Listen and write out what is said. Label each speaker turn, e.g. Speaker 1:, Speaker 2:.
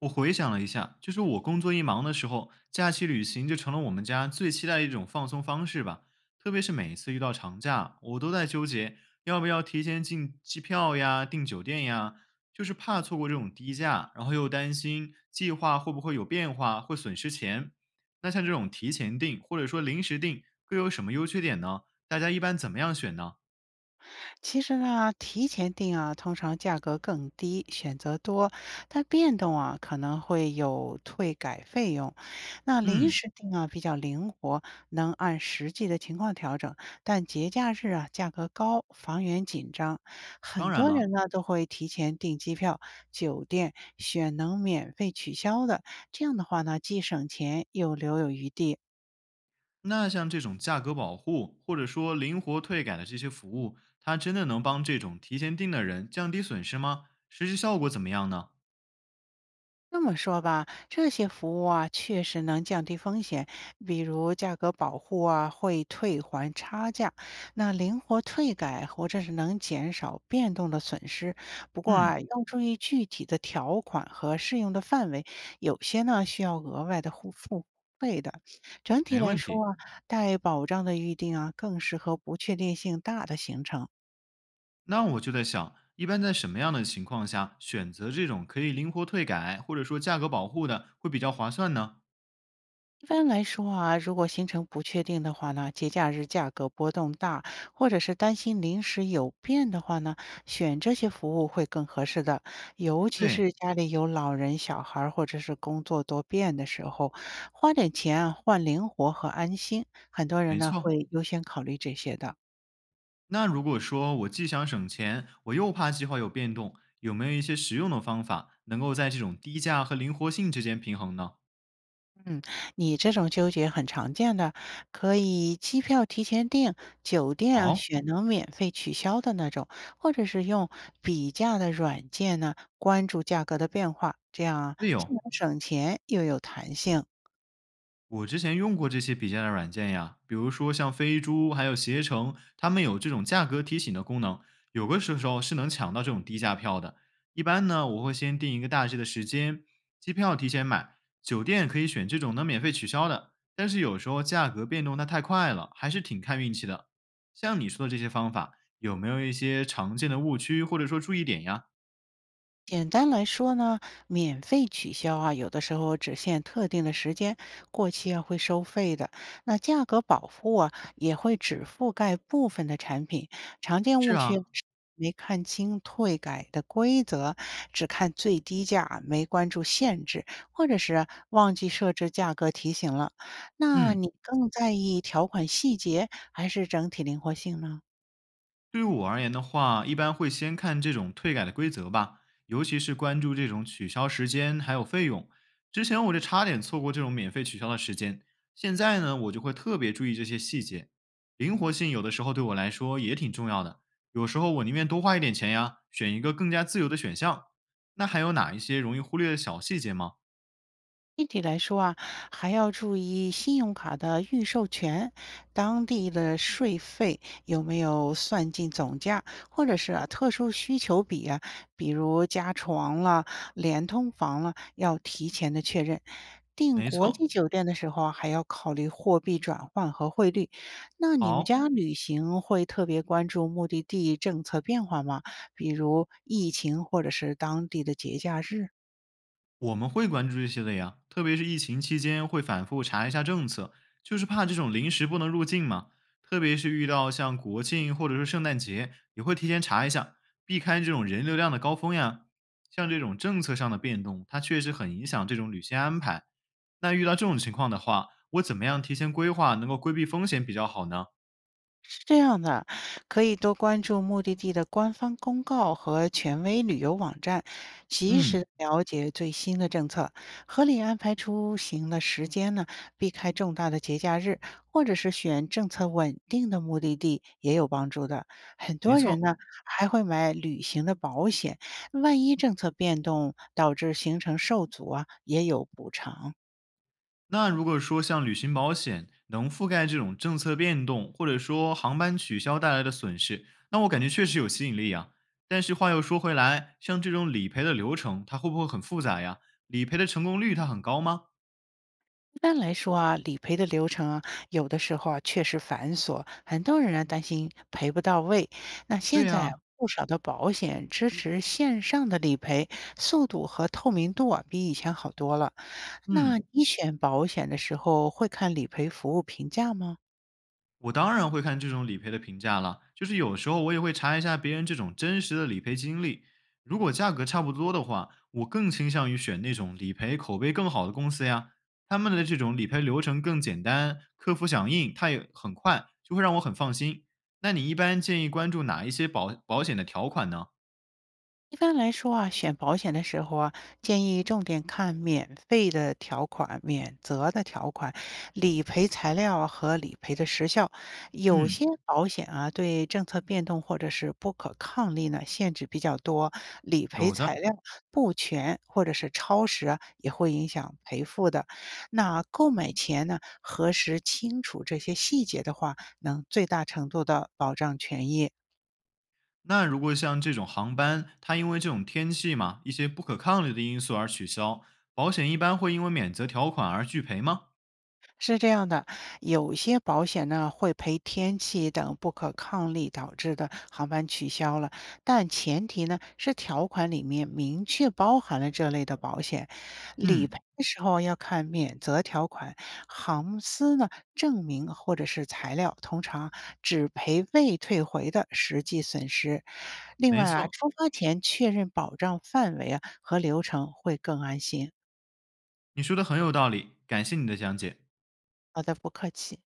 Speaker 1: 我回想了一下，就是我工作一忙的时候，假期旅行就成了我们家最期待的一种放松方式吧。特别是每一次遇到长假，我都在纠结要不要提前订机票呀、订酒店呀，就是怕错过这种低价，然后又担心计划会不会有变化，会损失钱。那像这种提前订或者说临时订，各有什么优缺点呢？大家一般怎么样选呢？
Speaker 2: 其实呢，提前订啊，通常价格更低，选择多，但变动啊可能会有退改费用。那临
Speaker 1: 嗯。
Speaker 2: 时订啊比较灵活，能按实际的情况调整，但节假日啊价格高，房源紧张，
Speaker 1: 当
Speaker 2: 很
Speaker 1: 然
Speaker 2: 多
Speaker 1: 了。
Speaker 2: 人呢都会提前订机票、酒店，选能免费取消的，这样的话呢既省钱又留有余地。
Speaker 1: 那像这种价格保护或者说灵活退改的这些服务，它真的能帮这种提前订的人降低损失吗？实际效果怎么样呢？
Speaker 2: 这么说吧，这些服务啊，确实能降低风险，比如价格保护啊，会退还差价，那灵活退改或者是能减少变动的损失。不过啊，
Speaker 1: 嗯。
Speaker 2: 要注意具体的条款和适用的范围，有些呢需要额外的付费的。整体
Speaker 1: 没
Speaker 2: 来
Speaker 1: 问
Speaker 2: 说
Speaker 1: 题。
Speaker 2: 啊，带保障的预定啊，更适合不确定性大的行程。
Speaker 1: 那我就在想，一般在什么样的情况下选择这种可以灵活退改或者说价格保护的会比较划算呢？
Speaker 2: 一般来说啊，如果行程不确定的话呢，节假日价格波动大，或者是担心临时有变的话呢，选这些服务会更合适的。尤其
Speaker 1: 对。
Speaker 2: 是家里有老人、小孩儿，或者是工作多变的时候，花点钱啊换灵活和安心。很多人
Speaker 1: 没
Speaker 2: 呢
Speaker 1: 错。
Speaker 2: 会优先考虑这些的。
Speaker 1: 那如果说我既想省钱，我又怕计划有变动，有没有一些实用的方法能够在这种低价和灵活性之间平衡呢？
Speaker 2: 嗯，你这种纠结很常见的，可以机票提前订，酒店啊
Speaker 1: 好。
Speaker 2: 选能免费取消的那种，或者是用比价的软件呢，关注价格的变化，这样啊
Speaker 1: 对
Speaker 2: 既
Speaker 1: 哦。
Speaker 2: 能省钱又有弹性。
Speaker 1: 我之前用过这些比价的软件呀，比如说像飞猪还有携程，他们有这种价格提醒的功能，有个时候是能抢到这种低价票的。一般呢，我会先定一个大致的时间，机票提前买，酒店可以选这种能免费取消的。但是有时候价格变动它太快了，还是挺看运气的。像你说的这些方法，有没有一些常见的误区或者说注意点呀？
Speaker 2: 简单来说呢，免费取消啊，有的时候只限特定的时间，过期啊会收费的。那价格保护啊，也会只覆盖部分的产品。常见
Speaker 1: 是
Speaker 2: 误区
Speaker 1: 啊。
Speaker 2: 是没看清退改的规则，只看最低价，没关注限制，或者是啊忘记设置价格提醒了。那
Speaker 1: 嗯。
Speaker 2: 你更在意条款细节还是整体灵活性呢？
Speaker 1: 对于我而言的话，一般会先看这种退改的规则吧，尤其是关注这种取消时间还有费用。之前我就差点错过这种免费取消的时间，现在呢，我就会特别注意这些细节。灵活性有的时候对我来说也挺重要的，有时候我宁愿多花一点钱呀，选一个更加自由的选项。那还有哪一些容易忽略的小细节吗？
Speaker 2: 具体来说啊，还要注意信用卡的预授权，当地的税费有没有算进总价，或者是啊特殊需求比啊，比如加床了、连通房了，要提前的确认。订
Speaker 1: 没
Speaker 2: 国
Speaker 1: 错。
Speaker 2: 际酒店的时候啊，还要考虑货币转换和汇率。那你们
Speaker 1: 好。
Speaker 2: 家旅行会特别关注目的地政策变化吗？比如疫情或者是当地的节假日？
Speaker 1: 我们会关注这些的呀，特别是疫情期间会反复查一下政策，就是怕这种临时不能入境嘛。特别是遇到像国庆或者是圣诞节，也会提前查一下，避开这种人流量的高峰呀。像这种政策上的变动，它确实很影响这种旅行安排。那遇到这种情况的话，我怎么样提前规划能够规避风险比较好呢？
Speaker 2: 是这样的，可以多关注目的地的官方公告和权威旅游网站，及
Speaker 1: 嗯。
Speaker 2: 时了解最新的政策，合理安排出行的时间呢，避开重大的节假日，或者是选政策稳定的目的地也有帮助的。很
Speaker 1: 没
Speaker 2: 多人
Speaker 1: 错。
Speaker 2: 呢还会买旅行的保险，万一政策变动导致行程受阻啊，也有补偿。
Speaker 1: 那如果说像旅行保险能覆盖这种政策变动，或者说航班取消带来的损失，那我感觉确实有吸引力啊。但是话又说回来，像这种理赔的流程，它会不会很复杂呀？理赔的成功率它很高吗？
Speaker 2: 一般来说啊，理赔的流程啊，有的时候啊确实繁琐，很多人啊担心赔不到位。那
Speaker 1: 对
Speaker 2: 现在啊
Speaker 1: 呀、
Speaker 2: 不少的保险支持线上的理赔，速度和透明度啊比以前好多了。那
Speaker 1: 嗯。
Speaker 2: 你选保险的时候会看理赔服务评价吗？
Speaker 1: 我当然会看这种理赔的评价了，就是有时候我也会查一下别人这种真实的理赔经历。如果价格差不多的话，我更倾向于选那种理赔口碑更好的公司呀。他们的这种理赔流程更简单，客服响应它也很快，就会让我很放心。那你一般建议关注哪一些保险的条款呢？
Speaker 2: 一般来说啊，选保险的时候啊，建议重点看免费的条款、免责的条款、理赔材料啊和理赔的时效。有
Speaker 1: 嗯。
Speaker 2: 些保险啊，对政策变动或者是不可抗力呢，限制比较多，理赔
Speaker 1: 有
Speaker 2: 材
Speaker 1: 的。
Speaker 2: 料不全或者是超时啊也会影响赔付的。那购买前呢，核实清楚这些细节的话，能最大程度的保障权益。
Speaker 1: 那如果像这种航班，它因为这种天气嘛，一些不可抗力的因素而取消，保险一般会因为免责条款而拒赔吗？
Speaker 2: 是这样的，有些保险呢会赔天气等不可抗力导致的航班取消了，但前提呢是条款里面明确包含了这类的保险。理
Speaker 1: 嗯。
Speaker 2: 赔的时候要看免责条款，航司呢证明或者是材料，通常只赔未退回的实际损失。另
Speaker 1: 没
Speaker 2: 外啊，
Speaker 1: 错，
Speaker 2: 出发前确认保障范围啊和流程会更安心。
Speaker 1: 你说的很有道理，感谢你的讲解。
Speaker 2: 好的，不客气。